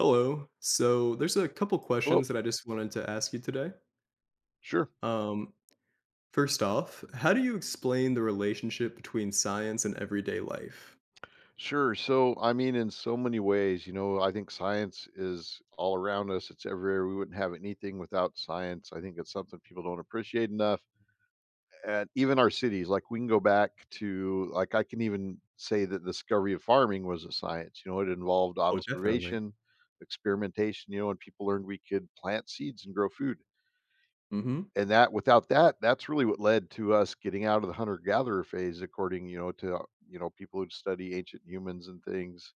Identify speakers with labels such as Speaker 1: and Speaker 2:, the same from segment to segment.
Speaker 1: Hello. So there's a couple
Speaker 2: Hello.
Speaker 1: questions that I just wanted to ask you today.
Speaker 2: Sure.
Speaker 1: Um, First off, how do you explain the relationship between science and everyday life?
Speaker 2: Sure. In so many ways, you know, I think science is all around us. It's everywhere. We wouldn't have anything without science. I think it's something people don't appreciate enough. And even our cities, like we can go back to, like, I can even say that the discovery of farming was a science. You know, it involved
Speaker 1: Oh, definitely.
Speaker 2: observation, experimentation, you know, and people learned we could plant seeds and grow food.
Speaker 1: Mm-hmm.
Speaker 2: And that without that, that's really what led to us getting out of the hunter gatherer phase according, you know, to, you know, people who study ancient humans and things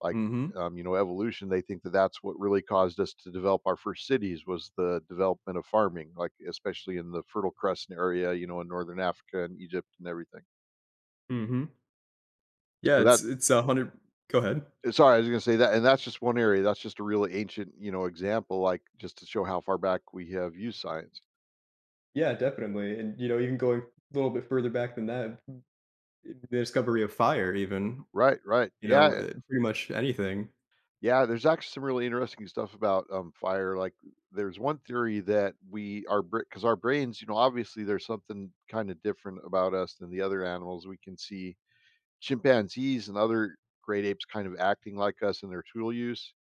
Speaker 2: like,
Speaker 1: Mm-hmm.
Speaker 2: you know, evolution. They think that that's what really caused us to develop our first cities was the development of farming, like especially in the Fertile Crescent area, you know, in northern Africa and Egypt and everything.
Speaker 1: Mm-hmm. Yeah,
Speaker 2: So
Speaker 1: it's
Speaker 2: that
Speaker 1: it's a hundred. Go ahead.
Speaker 2: sorry, I was going to say that, and that's just one area. That's just a really ancient, you know, example, like just to show how far back we have used science.
Speaker 1: Yeah, definitely. And you know, even going a little bit further back than that, the discovery of fire, even
Speaker 2: Right, right. Yeah,
Speaker 1: pretty much anything.
Speaker 2: yeah, there's actually some really interesting stuff about, fire, like, there's one theory that we are because our brains, you know, obviously there's something kinda different about us than the other animals, we can see chimpanzees and other great apes kind of acting like us in their tool use,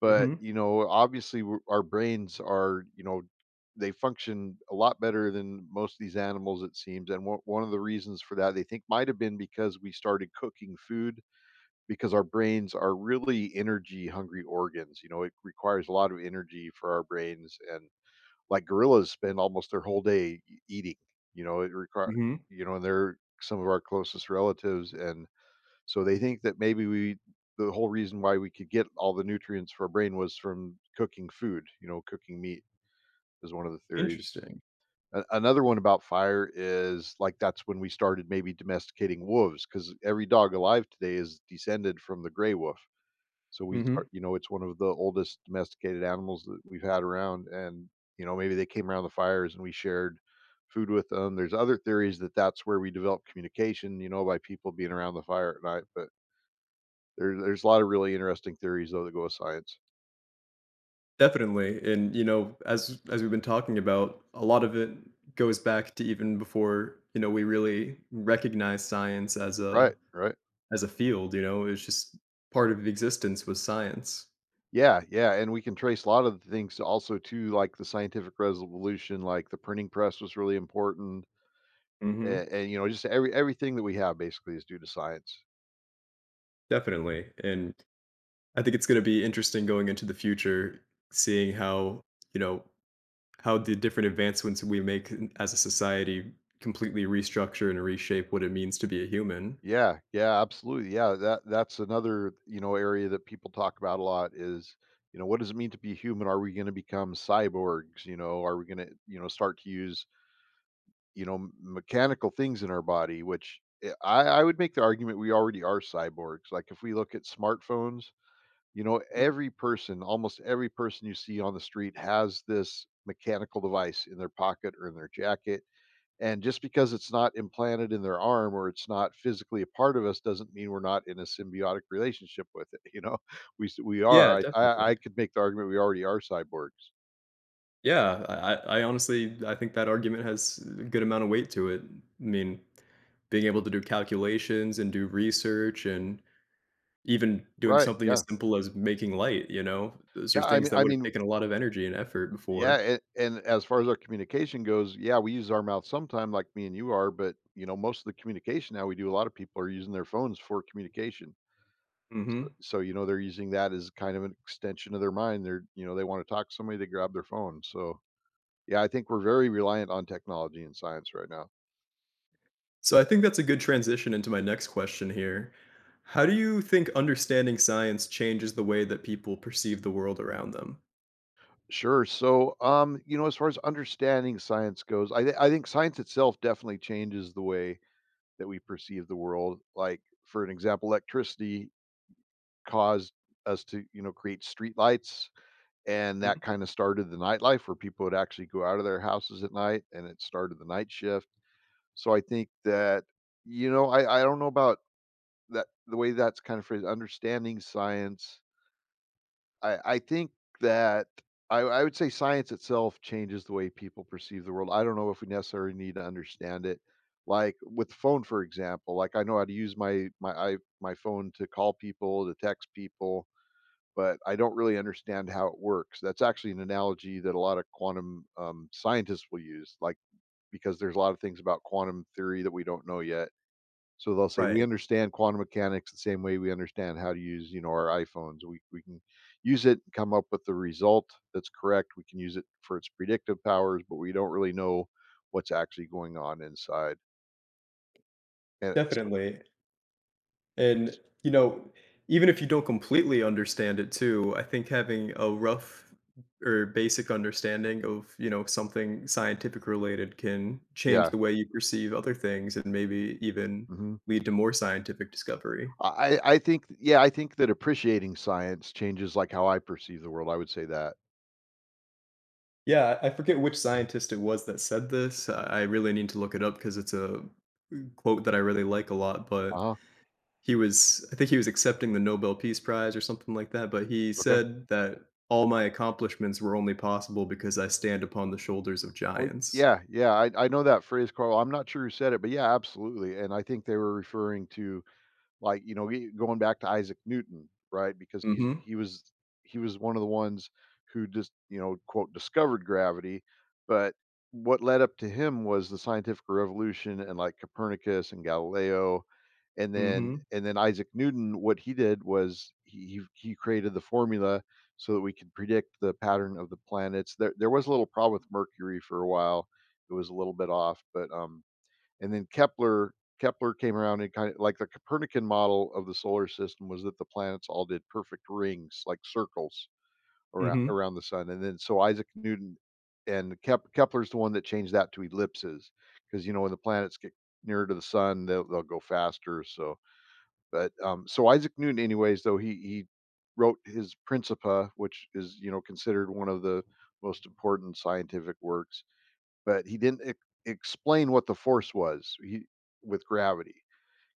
Speaker 2: but,
Speaker 1: Mm-hmm.
Speaker 2: you know, obviously we our brains are, you know, they function a lot better than most of these animals, it seems, and one of the reasons for that, they think, might have been because we started cooking food because our brains are really energy hungry organs. You know, it requires a lot of energy for our brains, and like gorillas spend almost their whole day eating. You know, it require
Speaker 1: Mm-hmm.
Speaker 2: you know, and they're some of our closest relatives, and so they think that maybe we the whole reason why we could get all the nutrients for our brain was from cooking food. You know, cooking meat is one of the theories.
Speaker 1: Interesting.
Speaker 2: Another one about fire is like that's when we started maybe domesticating wolves because every dog alive today is descended from the gray wolf so we start you know, it's one of the oldest domesticated animals that we've had around, and, you know, maybe they came around the fires and we shared food with them. There's other theories that that's where we develop communication, you know, by people being around the fire at night, but there's a lot of really interesting theories, though, that go with science.
Speaker 1: Definitely, and, you know, as we've been talking about, a lot of it goes back to even before, you know, we really recognize science
Speaker 2: Right, right.
Speaker 1: as a field, you know, it's just part of existence was science.
Speaker 2: Yeah, yeah, and we can trace a lot of the things also to, like, the scientific resolution, like, the printing press was really important, a
Speaker 1: Mhm.
Speaker 2: and, you know, just everything that we have basically is due to science.
Speaker 1: Definitely, and I think it's gonna be interesting going into the future, seeing how, you know, how the different advancements we make in as a society completely restructure and reshape what it means to be a human.
Speaker 2: Yeah, yeah, absolutely. Yeah, that's another, you know, area that people talk about a lot is, you know, what does it mean to be human? Are we going to become cyborgs? You know, are we going to, you know, start to use, you know, mechanical things in our body, which I would make the argument we already are cyborgs. Like if we look at smartphones, you know,
Speaker 1: Mhm.
Speaker 2: every person, almost every person you see on the street has this mechanical device in their pocket or in their jacket and just because it's not implanted in their arm or it's not physically a part of us doesn't mean we're not in a symbiotic relationship with it. You know, we
Speaker 1: Yeah,
Speaker 2: are.
Speaker 1: definitely.
Speaker 2: I could make the argument we already are cyborgs.
Speaker 1: Yeah, I honestly I think that argument has a good amount of weight to it. I mean, being able to do calculations and do research and even doing
Speaker 2: Right.
Speaker 1: something as
Speaker 2: Yeah.
Speaker 1: simple as making light, you know? Those are
Speaker 2: Yeah. I
Speaker 1: things
Speaker 2: mean.
Speaker 1: that
Speaker 2: I
Speaker 1: would have
Speaker 2: mean.
Speaker 1: taken a lot of energy and effort
Speaker 2: Yeah.
Speaker 1: before.
Speaker 2: And as far as our communication goes, yeah, we use our mouth sometime, like me and you are. But you know, most of the communication now we do. A lot of people are using their phones for communication.
Speaker 1: Mhm.
Speaker 2: So you know, they're using that as kind of an extension of their mind. They're you know, they want to talk to somebody, they grab their phone. So yeah, I think we're very reliant on technology and science right now.
Speaker 1: So I think that's a good transition into my next question here. How do you think understanding science changes the way that people perceive the world around them?
Speaker 2: Sure. So, you know, as far as understanding science goes, I think science itself definitely changes the way that we perceive the world. Like, for an example, electricity caused us to, you know, create streetlights, and
Speaker 1: Mhm.
Speaker 2: that kind of started the nightlife where people would actually go out of their houses at night, and it started the night shift. So, I think that, you know, I don't know about that the way that's kind of phrased, understanding science I think that I would say science itself changes the way people perceive the world. I don't know if we necessarily need to understand it. Like with the phone, for example, like I know how to use my phone to call people, to text people, but I don't really understand how it works. That's actually an analogy that a lot of quantum scientists will use, like because there's a lot of things about quantum theory that we don't know yet, so they'll say, "We
Speaker 1: Right.
Speaker 2: understand quantum mechanics the same way we understand how to use, you know, our iPhones. We can use it, come up with the result that's correct. We can use it for its predictive powers, but we don't really know what's actually going on inside." And it's
Speaker 1: Definitely. And, you know, even if you don't completely understand it too, I think having a rough or basic understanding of, you know, something scientific related can change
Speaker 2: yeah,
Speaker 1: the way you perceive other things and maybe even
Speaker 2: mhm.
Speaker 1: lead to more scientific discovery.
Speaker 2: I think yeah, I think that appreciating science changes, like, how I perceive the world, I would say that.
Speaker 1: Yeah, I forget which scientist it was that said this. I really need to look it up because it's a quote that I really like a lot, but
Speaker 2: Uh-huh.
Speaker 1: he was I think he was accepting the nobel peace prize or something like that but he
Speaker 2: Okay.
Speaker 1: said that all my accomplishments were only possible because I stand upon the shoulders of
Speaker 2: Oh,
Speaker 1: giants.
Speaker 2: yeah, yeah, I know that phrase, Carl. I'm not sure who said it, but yeah, absolutely, and I think they were referring to like, you know, e going back to Isaac Newton, right? Because he
Speaker 1: Mhm.
Speaker 2: he was he was one of the ones who just, you know, quote, "discovered gravity," but what led up to him was the scientific revolution and, like, Copernicus and Galileo, and then
Speaker 1: Mhm.
Speaker 2: and then Isaac Newton, what he did was he he created the formula so that we could predict the pattern of the planets. There was a little problem with Mercury for a while. It was a little bit off, but, and then Kepler came around and kind of like the Copernican model of the solar system was that the planets all did perfect rings, like circles
Speaker 1: Mhm.
Speaker 2: around the sun. And then so Isaac Newton and Kepler's the one that changed that to ellipses because you know when the planets get nearer to the sun, they'll go faster. So, but so Isaac Newton, anyways, though he wrote his Principia, which is you know considered one of the most important scientific works, but he didn't ex explain what the force was, he with gravity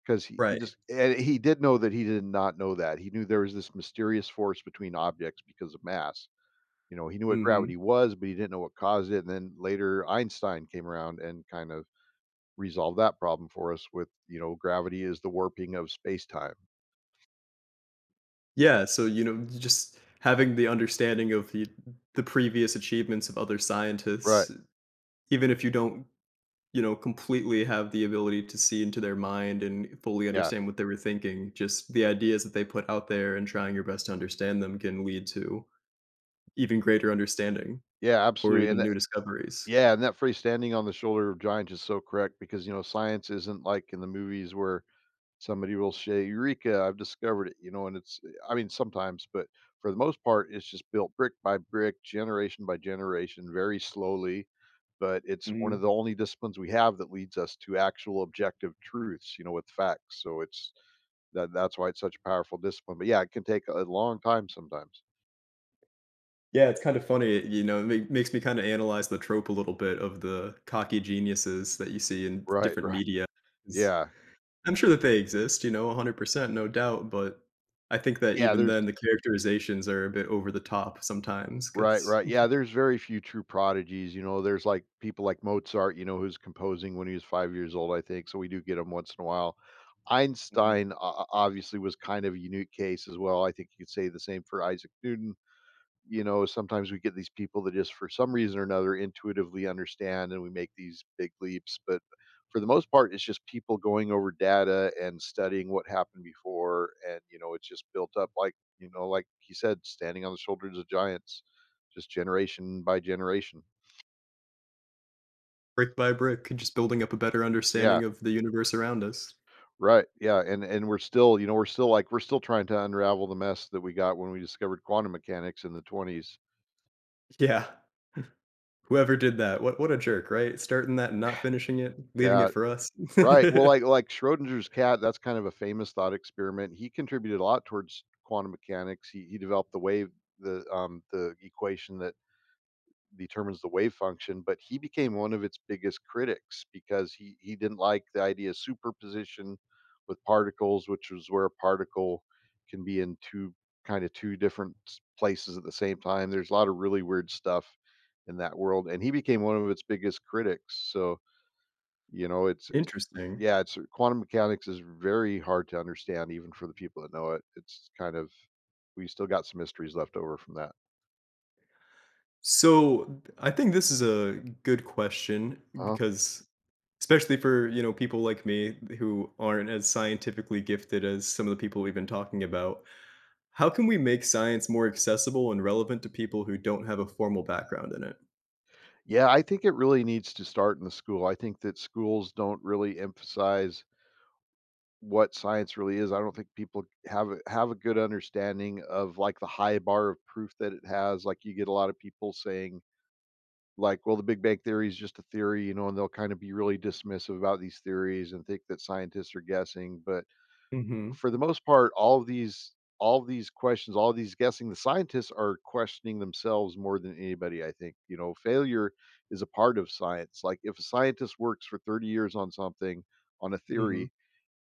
Speaker 2: because he
Speaker 1: Right.
Speaker 2: just and he did know that he did not know that. He knew there was this mysterious force between objects because of mass. You know, he knew what
Speaker 1: Mhm.
Speaker 2: gravity was, but he didn't know what caused it, and then later Einstein came around and kind of resolved that problem for us with, you know, gravity is the warping of space-time.
Speaker 1: Yeah, so you know just having the understanding of the previous achievements of other
Speaker 2: Right.
Speaker 1: scientists even if you don't you know completely have the ability to see into their mind and fully
Speaker 2: Yeah.
Speaker 1: understand what they were thinking, just the ideas that they put out there and trying your best to understand them can lead to even greater understanding
Speaker 2: Yeah,
Speaker 1: or
Speaker 2: absolutely,
Speaker 1: even
Speaker 2: and that
Speaker 1: new discoveries.
Speaker 2: yeah, and that phrase "standing on the shoulder of giants" is so correct because, you know, science isn't like in the movies where somebody will say, "Eureka, I've discovered it," you know, and it's I mean, sometimes, but for the most part, it's just built brick by brick, generation by generation, very slowly, but it's one of
Speaker 1: Mhm.
Speaker 2: the only disciplines we have that leads us to actual objective truths, you know, with facts. So it's that's why it's such a powerful discipline. But yeah, it can take a long time sometimes.
Speaker 1: Yeah, it's kind of funny, you know, it make makes me kinda analyze the trope a little bit of the cocky geniuses that you see in
Speaker 2: Right,
Speaker 1: different
Speaker 2: right.
Speaker 1: media, 'cause
Speaker 2: Yeah.
Speaker 1: I'm sure that they exist, you know, 100%, no doubt, but I think that
Speaker 2: Yeah,
Speaker 1: even
Speaker 2: there's
Speaker 1: then, the characterizations are a bit over the top sometimes
Speaker 2: Right,
Speaker 1: 'cause.
Speaker 2: right. Yeah, there's very few true prodigies, you know, there's, like, people like Mozart, you know, who's composing when he was 5 years old, I think, so we do get him once in a while.
Speaker 1: Mhm.
Speaker 2: Einstein o obviously was kind of a unique case as well, I think you could say the same for Isaac Newton. You know, sometimes we get these people that just for some reason or another intuitively understand and we make these big leaps. But for the most part, it's just people going over data and studying what happened before. And, you know, it's just built up like, you know, like he said, standing on the shoulders of giants, just generation by generation.
Speaker 1: Brick by brick just building up a better
Speaker 2: Yeah,
Speaker 1: understanding of the universe around us.
Speaker 2: right. Yeah, and we're still, you know, we're still trying to unravel the mess that we got when we discovered quantum mechanics in the 20s.
Speaker 1: Yeah, whoever did that, what a jerk, right? Starting that and not finishing it, leaving
Speaker 2: Yeah,
Speaker 1: it for us.
Speaker 2: right, well, like Schrodinger's cat, that's kind of a famous thought experiment. He contributed a lot towards quantum mechanics. He developed the wave the equation that determines the wave function, but he became one of its biggest critics because he didn't like the idea of superposition with particles, which is where a particle can be in 2 kinda 2 different s places at the same time. There's a lot of really weird stuff in that world, and he became one of its biggest critics, so you know, it's
Speaker 1: Interesting.
Speaker 2: yeah, it's quantum mechanics is very hard to understand even for the people that know it. It's kind of we still got some mysteries left over from that.
Speaker 1: So I think this is a good question
Speaker 2: Uh-huh.
Speaker 1: because especially for, you know, people like me who aren't as scientifically gifted as some of the people we've been talking about, how can we make science more accessible and relevant to people who don't have a formal background in it?
Speaker 2: Yeah, I think it really needs to start in the school. I think that schools don't really emphasize what science really is. I don't think people have a good understanding of like the high bar of proof that it has. Like you get a lot of people saying like, well, the Big Bang theory is just a theory, you know, and they'll kind of be really dismissive about these theories and think that scientists are guessing, but
Speaker 1: Mhm.
Speaker 2: for the most part, all of these questions, all of these guessing, the scientists are questioning themselves more than anybody, I think. You know, failure is a part of science. Like if a scientist works for 30 years on something, on a
Speaker 1: Mhm.
Speaker 2: theory,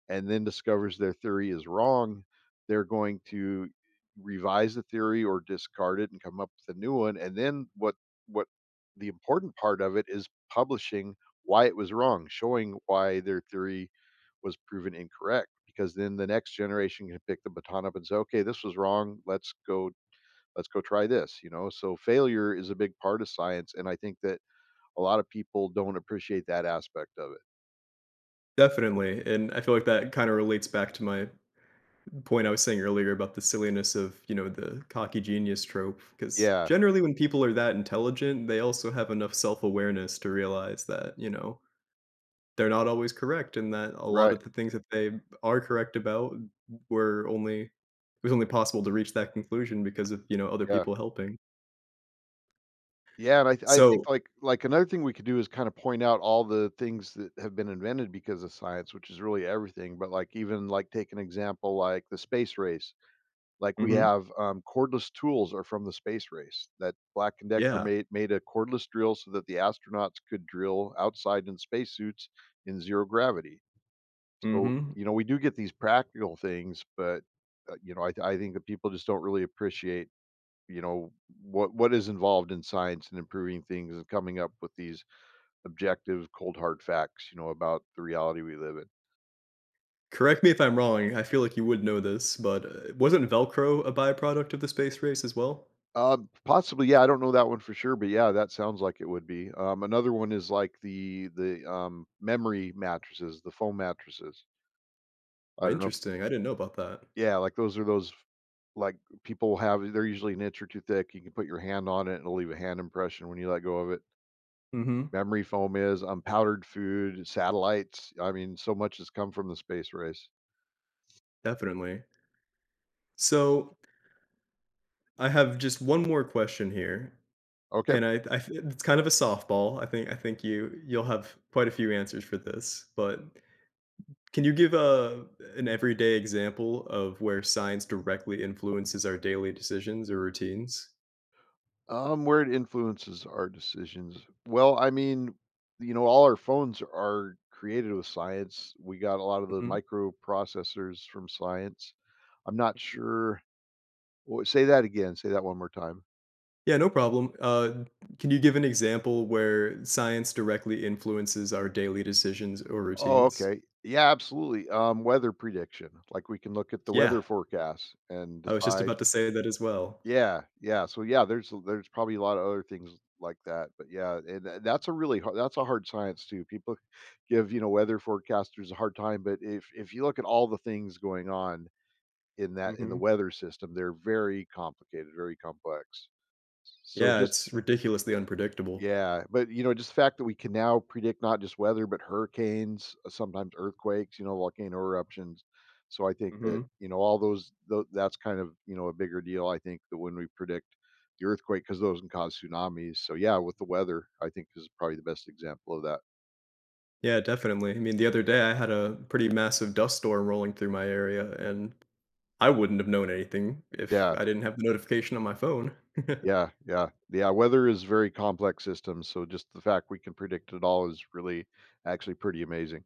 Speaker 2: and then discovers their theory is wrong, they're going to revise the theory or discard it and come up with a new one. And then what the important part of it is publishing why it was wrong, showing why their theory was proven incorrect because then the next generation can pick the baton up and say, okay, this was wrong. Let's go try this, you know? So failure is a big part of science. And I think that a lot of people don't appreciate that aspect of it.
Speaker 1: Definitely, and I feel like that kinda relates back to my point I was saying earlier about the silliness of, you know, the cocky genius trope. Because
Speaker 2: Yeah.
Speaker 1: generally when people are that intelligent, they also have enough self-awareness to realize that, you know, they're not always correct and that a lot
Speaker 2: Right.
Speaker 1: of the things that they are correct about were only it was only possible to reach that conclusion because of, you know, other
Speaker 2: Yeah.
Speaker 1: people helping.
Speaker 2: Yeah, I think
Speaker 1: So.
Speaker 2: like another thing we could do is kind of point out all the things that have been invented because of science, which is really everything. But like take an example like the space race. Like, we
Speaker 1: Mhm.
Speaker 2: have, cordless tools are from the space race that Black& Decker
Speaker 1: Yeah.
Speaker 2: made a cordless drill so that the astronauts could drill outside in spacesuits in 0 gravity. So,
Speaker 1: Mhm.
Speaker 2: you know, we do get these practical things, but, you know, I think that people just don't really appreciate, you know, what is involved in science and improving things and coming up with these objective, cold hard facts, you know, about the reality we live in.
Speaker 1: Correct me if I'm wrong, I feel like you would know this, but, wasn't Velcro a byproduct of the space race as well?
Speaker 2: Possibly, yeah, I don't know that one for sure, but yeah, that sounds like it would be. Another one is like the memory mattresses, the foam mattresses.
Speaker 1: Oh,
Speaker 2: I don't know if
Speaker 1: interesting, I didn't know about that.
Speaker 2: yeah, like those are those like people have they're usually an inch or two thick. You can put your hand on it and it'll leave a hand impression when you let go of it.
Speaker 1: Mhm,
Speaker 2: Memory foam is powdered food, satellites. I mean, so much has come from the space race.
Speaker 1: definitely. So, I have just one more question here,
Speaker 2: Okay.
Speaker 1: and I th it's kind of a softball, I think you you'll have quite a few answers for this, but can you give a an everyday example of where science directly influences our daily decisions or routines?
Speaker 2: Where it influences our decisions. Well, I mean, you know, all our phones are created with science. We got a lot of the
Speaker 1: Mhm,
Speaker 2: microprocessors from science. I'm not
Speaker 1: mhm.
Speaker 2: sure. Say that again. Say that one more time.
Speaker 1: Yeah, no problem. Can you give an example where science directly influences our daily decisions or
Speaker 2: Oh,
Speaker 1: routines?
Speaker 2: okay. Yeah, absolutely. Weather prediction. Like we can look at the
Speaker 1: Yeah,
Speaker 2: weather forecast and
Speaker 1: I was just
Speaker 2: decide.
Speaker 1: about to say that as well.
Speaker 2: Yeah, yeah. So yeah, there's probably a lot of other things like that, but yeah, and that's a hard science too. People give, you know, weather forecasters a hard time, but if you look at all the things going on in the
Speaker 1: Hmm.
Speaker 2: weather system, they're very complicated, very complex. So
Speaker 1: Yeah,
Speaker 2: just
Speaker 1: it's ridiculously unpredictable.
Speaker 2: yeah, but, you know, just the fact that we can now predict not just weather, but hurricanes, sometimes earthquakes, you know, volcano eruptions. So I think
Speaker 1: Hmm.
Speaker 2: that, you know, all those tho that's kind of, you know, a bigger deal, I think, that when we predict the earthquake, because those can cause tsunamis. So, yeah, with the weather, I think is probably the best example of that.
Speaker 1: Yeah, definitely. I mean, the other day I had a pretty massive dust storm rolling through my area, and I wouldn't have known anything if
Speaker 2: Yeah,
Speaker 1: I didn't have the notification on my phone.
Speaker 2: yeah, yeah, yeah, weather is very complex system, so just the fact we can predict it all is really actually pretty amazing.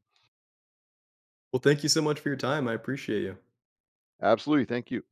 Speaker 1: Well, thank you so much for your time. I appreciate you.
Speaker 2: Absolutely, thank you.